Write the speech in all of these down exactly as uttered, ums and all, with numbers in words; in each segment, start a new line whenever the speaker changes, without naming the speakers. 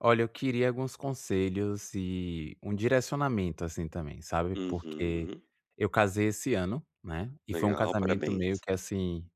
Olha, eu queria alguns conselhos e um direcionamento, assim, também, sabe, porque
Uhum.
eu casei esse ano, né, e foi um
Legal,
casamento meio
parabéns.
que assim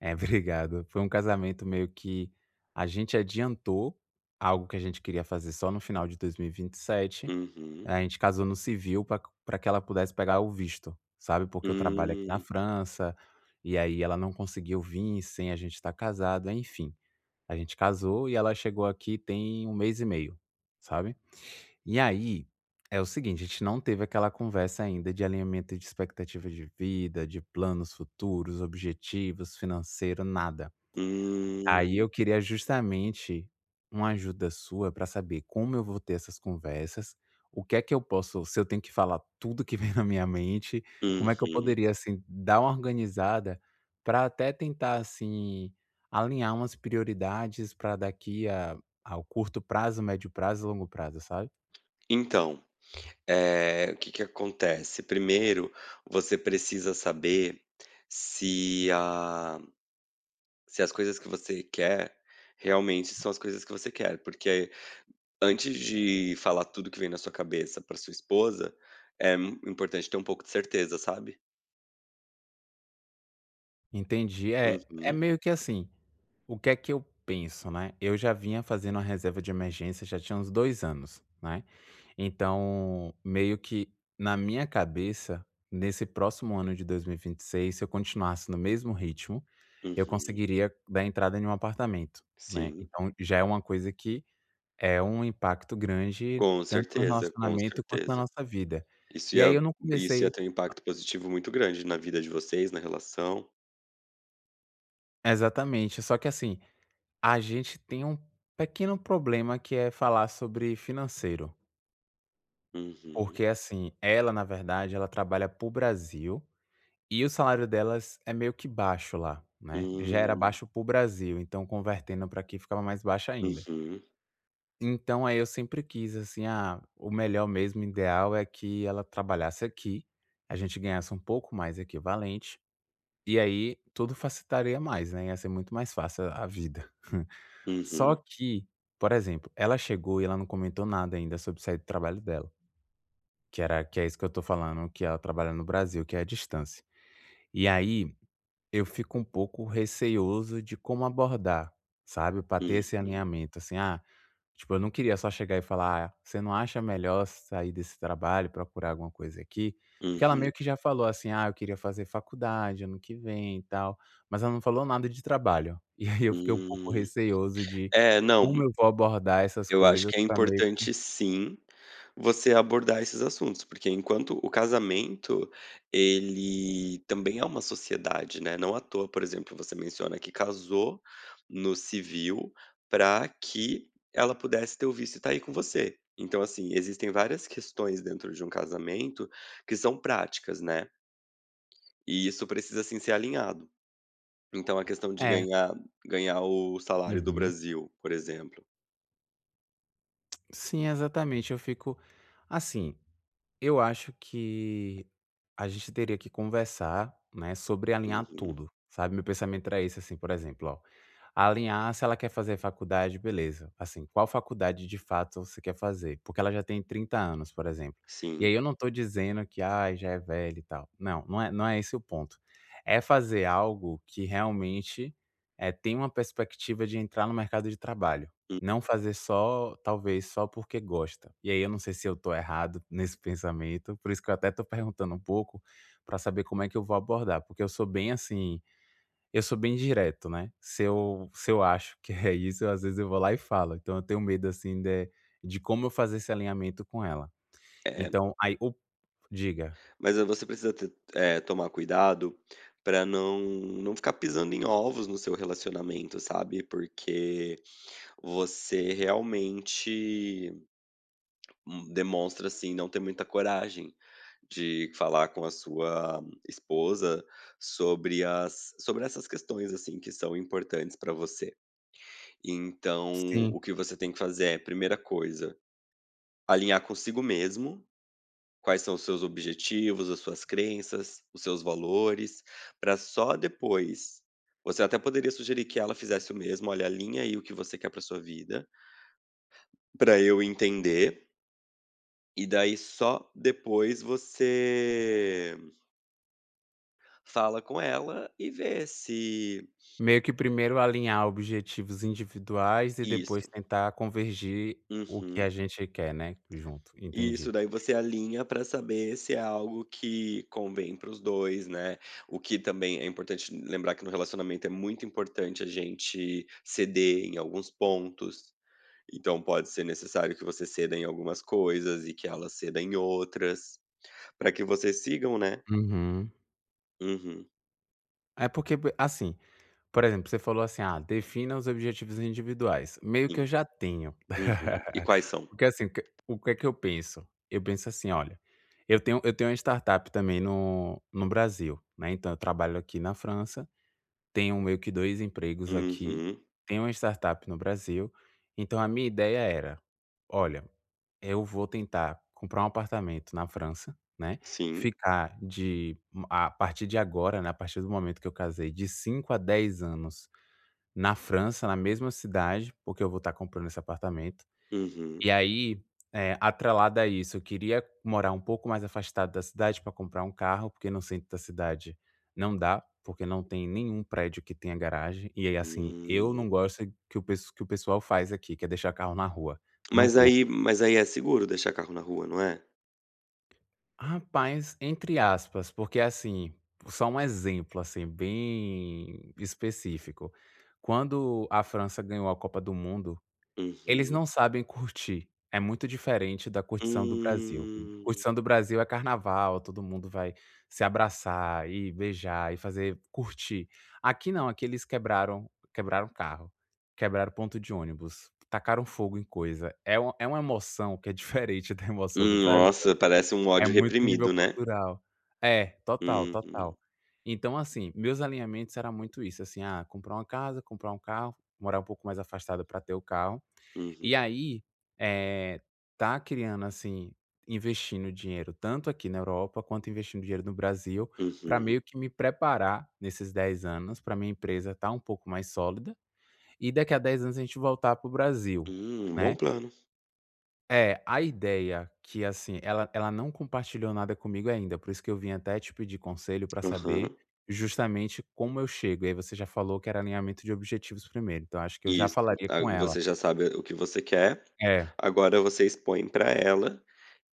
é, obrigado. Foi um casamento meio que a gente adiantou algo que a gente queria fazer só no final de dois mil e vinte e sete.
Uhum.
A gente casou no civil para para que ela pudesse pegar o visto, sabe, porque eu trabalho aqui na
Hum.
França, e aí ela não conseguiu vir sem a gente estar casado, enfim. A gente casou e ela chegou aqui tem um mês e meio, sabe. E aí, é o seguinte, a gente não teve aquela conversa ainda de alinhamento de expectativa de vida, de planos futuros, objetivos, financeiro, nada. Aí
Hum.
eu queria justamente uma ajuda sua para saber como eu vou ter essas conversas, o que é que eu posso se eu tenho que falar tudo que vem na minha mente, como é que eu
Uhum.
poderia, assim, dar uma organizada para até tentar, assim, alinhar umas prioridades para daqui a ao curto prazo, médio prazo e longo prazo, sabe.
Então, eh, o que que acontece? Primeiro, você precisa saber se a se as coisas que você quer realmente são as coisas que você quer, porque antes de falar tudo que vem na sua cabeça para sua esposa, é mu- importante ter um pouco de certeza, sabe?
Entendi. É é
Uhum,
meio que assim, o que é que eu penso, né, eu já vinha fazendo uma reserva de emergência já tinha uns dois anos, né. Então, meio que na minha cabeça, nesse próximo ano de dois mil e vinte e seis, se eu continuasse no mesmo ritmo, eu
uhum.
conseguiria dar entrada em um apartamento, né.
Sim,
Então já é uma coisa que é um impacto grande
com
tanto no
certeza, com
relacionamento quanto na
certeza.
nossa vida.
Isso
E aí
ia
eu não
isso
conversei
ia ter um impacto positivo muito grande na vida de vocês, na relação.
exatamente, só que assim, a gente tem um pequeno problema que é falar sobre financeiro,
Uhum.
porque assim, ela na verdade ela trabalha para o Brasil. E o salário delas é meio que baixo lá, né, já era
Hum.
baixo para o Brasil, então convertendo para aqui ficava mais baixo ainda.
Uhum,
Então aí eu sempre quis assim, ah, o melhor mesmo, o ideal é que ela trabalhasse aqui, a gente ganhasse um pouco mais equivalente, e aí tudo facilitaria mais, né, ia ser muito mais fácil a a vida. Só
uhum,
que, por exemplo, ela chegou e ela não comentou nada ainda sobre o sair do trabalho dela, que era que é isso que eu estou falando, que ela trabalha no Brasil, que é a distância. E aí eu fico um pouco receioso de como abordar, sabe, pra ter
uhum,
esse
uhum,
alinhamento, assim, ah, tipo, eu não queria só chegar e falar: "Ah, você não acha melhor sair desse trabalho procurar alguma coisa aqui?" Porque ela meio
uhum,
que já falou assim: "Ah, eu queria fazer faculdade ano que vem e tal", mas ela não falou nada de trabalho. E aí eu fiquei um pouco
hum.
receioso de
É, não,
como eu vou abordar essas
eu acho
coisas
que é
pra meio que
importante sim, você abordar esses assuntos, porque enquanto o casamento, ele também é uma sociedade, né, não à toa. Por exemplo, você menciona que casou no civil para que ela pudesse ter o visto e tá aí com você. Então, assim, existem várias questões dentro de um casamento que são práticas, né, e isso precisa, assim, ser alinhado. Então a questão de
é,
ganhar ganhar o salário do
uhum.
Brasil, por exemplo.
Sim, exatamente, eu fico assim. Eu acho que a gente teria que conversar, né, sobre alinhar
Uhum.
tudo, sabe? Meu pensamento era esse, assim, por exemplo, ó, alinhar se ela quer fazer faculdade, beleza. Assim, qual faculdade de fato você quer fazer? Porque ela já tem trinta anos, por exemplo. E aí
Sim.
eu não tô dizendo que, ai, já é velha e tal. Não, não é, não é esse o ponto. É fazer algo que realmente é, tem uma perspectiva de entrar no mercado de trabalho.
Hum.
Não fazer só talvez só porque gosta. E aí eu não sei se eu tô errado nesse pensamento, por isso que eu até tô perguntando um pouco, pra saber como é que eu vou abordar, porque eu sou bem assim, eu sou bem direto, né. Se eu se eu acho que é isso, eu às vezes eu vou lá e falo, então eu tenho medo, assim, de de como eu fazer esse alinhamento com ela.
É.
Então aí o diga.
Mas aí você precisa ter eh, tomar cuidado para não não ficar pisando em ovos no seu relacionamento, sabe, porque você realmente, hum, demonstra, assim, não ter muita coragem de falar com a sua esposa sobre as sobre essas questões, assim, que são importantes para você. Então
Sim,
o que você tem que fazer é, primeira coisa, alinhar consigo mesmo: quais são os seus objetivos, as suas crenças, os seus valores, para só depois. Você até poderia sugerir que ela fizesse o mesmo: "Olha, alinha aí o que você quer para sua vida, para eu entender", e daí só depois você fala com ela e vê se
meio que primeiro alinhar objetivos individuais e depois
isso.
tentar convergir o que a
Uhum.
gente quer, né, junto. Entendi.
Isso, daí você alinha para saber se é algo que convém para os dois, né. O que também é importante lembrar que no relacionamento é muito importante a gente ceder em alguns pontos, então pode ser necessário que você ceda em algumas coisas e que ela ceda em outras, para que vocês sigam, né.
Uhum.
Uhum,
É porque, p assim, por exemplo, você falou assim: "Ah, defina os objetivos individuais", meio que eu
sim,
já tenho.
uhum. E quais são?
Porque, assim, o que o que é que eu penso? Eu penso assim: "Olha, eu tenho eu tenho uma startup também no no Brasil, né, então eu trabalho aqui na França, tenho meio que dois empregos aqui,
Uhum,
tenho uma startup no Brasil", então a minha ideia era: "Olha", eu vou tentar comprar um apartamento na França, né,
sim,
ficar de hum, a partir de agora, né, a partir do momento que eu casei, de cinco a dez anos na França, na mesma cidade, porque eu vou estar comprando esse apartamento.
uhum.
E aí, eh, atrelado a isso, eu queria morar um pouco mais afastado da cidade para comprar um carro, porque no centro da cidade não dá, porque não tem nenhum prédio que tenha garagem. E aí, assim, eu
Hum.
não gosto que o pesso que o pessoal faz aqui, que é deixar carro na rua, não
Mas
curto.
aí mas aí é seguro deixar carro na rua, não é?
Rapaz, entre aspas, porque assim, só um exemplo assim bem específico. Quando a França ganhou a Copa do Mundo, eles
Uhum.
não sabem curtir. É muito diferente da curtição do Brasil.
Hum.
Curtição do Brasil é carnaval, todo mundo vai se abraçar e beijar e fazer curtir. Aqui não, aqui eles quebraram, quebraram carro, quebraram ponto de ônibus, tacaram fogo em coisa. É, um- é uma emoção que é diferente da emoção do
Hum,
Brasil.
nossa, parece um
É
ódio
muito nível
reprimido, né.
cultural. É, total,
Uhum,
total. Então, assim, meus alinhamentos era muito isso, assim, ah, comprar uma casa, comprar um carro, morar um pouco mais afastado para ter o carro.
uhum,
E aí, eh, tá criando, assim, investindo dinheiro tanto aqui na Europa quanto investindo dinheiro no Brasil, para
uhum.
meio que me preparar nesses dez anos, para minha empresa estar um pouco mais sólida, e daqui a dez anos a gente voltar para o Brasil,
Hum, bom
né.
plano.
É, a ideia que, assim, ela ela não compartilhou nada comigo ainda, por isso que eu vim até te pedir conselho para
Aham,
saber justamente como eu chego. E aí você já falou que era alinhamento de objetivos primeiro, então acho que eu já
isso.
falaria
Ah,
com ela.
você já sabe o que você quer,
É,
agora você expõe pra ela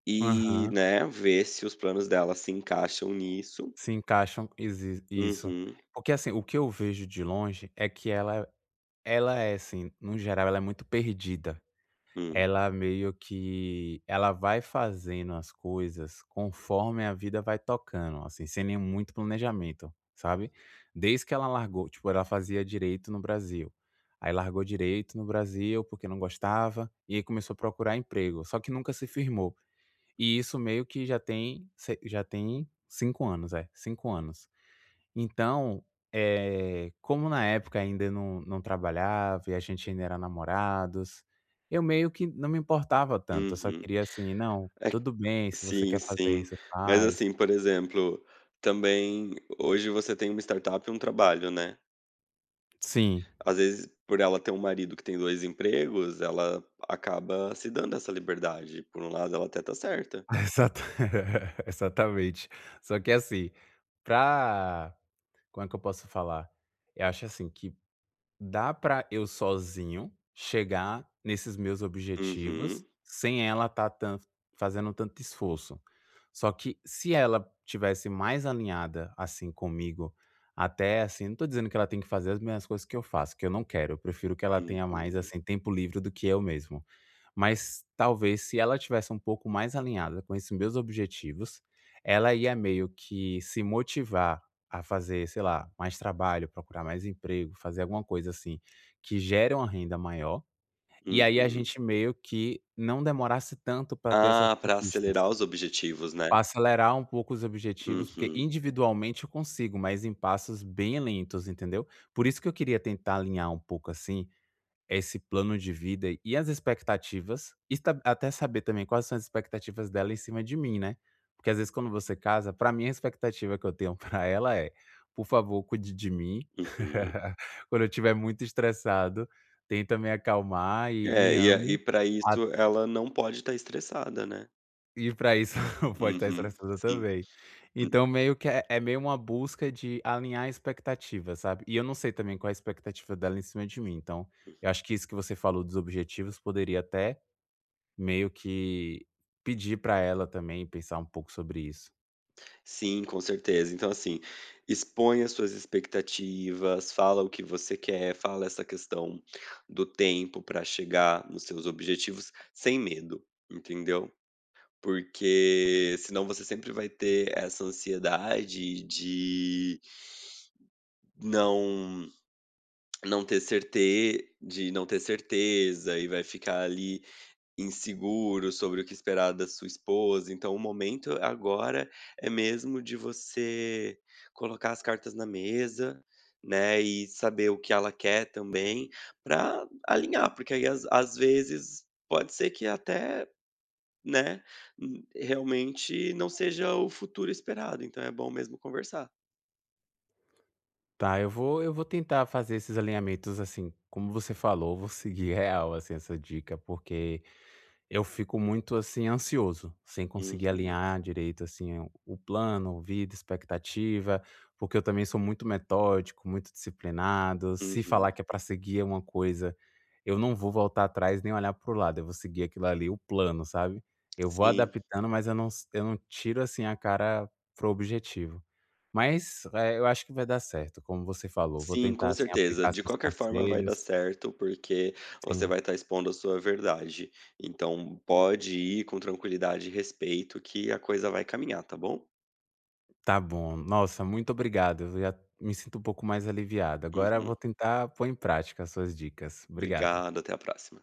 e,
aham,
né, vê se os planos dela se encaixam nisso.
se encaixam exi isso.
Uhum,
Porque, assim, o que eu vejo de longe é que ela ela é, assim, no geral, ela é muito perdida.
hum,
Ela meio que ela vai fazendo as coisas conforme a vida vai tocando, assim, sem nem muito planejamento, sabe. Desde que ela largou tipo, ela fazia direito no Brasil, aí largou direito no Brasil porque não gostava, e aí começou a procurar emprego, só que nunca se firmou. E isso meio que já tem se já tem cinco anos, é, cinco anos. Então, eh, como na época ainda não não trabalhava e a gente ainda era namorados, eu meio que não me importava tanto, eu só
uhum.
queria assim: "Não,
É,
tudo bem, se você
sim,
quer fazer
sim.
isso,
Mas,
faz".
assim, por exemplo, também hoje você tem uma startup e um trabalho, né.
Sim,
Às vezes, por ela ter um marido que tem dois empregos, ela acaba se dando essa liberdade. Por um lado, ela até tá certa.
exata exatamente. Só que assim, pra como é que eu posso falar? Eu acho assim que dá pra eu sozinho chegar nesses meus objetivos,
Uhum,
sem ela estar tan fazendo tanto esforço. Só que se ela tivesse mais alinhada, assim, comigo, até, assim, não tô dizendo que ela tem que fazer as mesmas coisas que eu faço, que eu não quero, eu prefiro que ela tenha mais,
uhum,
assim, tempo livre do que eu mesmo. Mas talvez se ela tivesse um pouco mais alinhada com esses meus objetivos, ela ia meio que se motivar a fazer, sei lá, mais trabalho, procurar mais emprego, fazer alguma coisa assim que gere uma renda maior, e aí a
uhum.
gente meio que não demorasse tanto para ter essas
Ah, para
conquistas.
acelerar os objetivos, né.
Para acelerar um pouco os objetivos, porque
Uhum,
individualmente eu consigo, mas em passos bem lentos, entendeu? Por isso que eu queria tentar alinhar um pouco assim, esse plano de vida e as expectativas, e ta até saber também quais são as expectativas dela em cima de mim, né. Porque às vezes quando você casa, pra mim a expectativa que eu tenho pra ela é: "Por favor, cuide de mim.
uhum.
Quando eu estiver muito estressado, tenta me acalmar e
É,
me
e a e
ame
pra isso ela não pode estar estressada, né.
e para isso pode estar
Uhum,
estressada
sim.
também". Então meio que é é meio uma busca de alinhar a expectativa, sabe. E eu não sei também qual é a expectativa dela em cima de mim, então eu acho que isso que você falou dos objetivos poderia até meio que pedir para ela também pensar um pouco sobre isso.
Sim, com certeza. Então, assim, expõe as suas expectativas, fala o que você quer, fala essa questão do tempo para chegar nos seus objetivos sem medo, entendeu? Porque senão você sempre vai ter essa ansiedade de não não ter certeza de não ter certeza e vai ficar ali inseguro sobre o que esperar da sua esposa, então o momento agora é mesmo de você colocar as cartas na mesa, né, e saber o que ela quer também, para alinhar, porque aí às às vezes pode ser que até, né, hum, realmente não seja o futuro esperado, então é bom mesmo conversar.
Tá, eu vou eu vou tentar fazer esses alinhamentos, assim, como você falou, eu vou seguir real, assim, essa dica, porque eu fico muito, assim, ansioso, sem conseguir
Uhum,
alinhar direito, assim, o o plano, vida, expectativa, porque eu também sou muito metódico, muito disciplinado. Se falar
uhum,
que é para seguir uma coisa, eu não vou voltar atrás nem olhar para o lado, eu vou seguir aquilo ali, o plano, sabe. Eu vou
sim.
adaptando, mas eu não s eu não tiro, assim, a cara pro objetivo. Mas, eh, eu acho que vai dar certo, como você falou, vou
Sim,
tentar,
com
assim,
certeza.
aplicar
De
seus
qualquer forma vai
conselhos.
dar certo, porque você
Sim.
vai estar expondo a sua verdade. Então pode ir com tranquilidade e respeito que a coisa vai caminhar, tá bom?
Tá bom. Nossa, muito obrigado. Eu já me sinto um pouco mais aliviado. Agora eu vou
Uhum.
tentar pôr em prática as suas dicas. Obrigado.
Obrigado, até a próxima.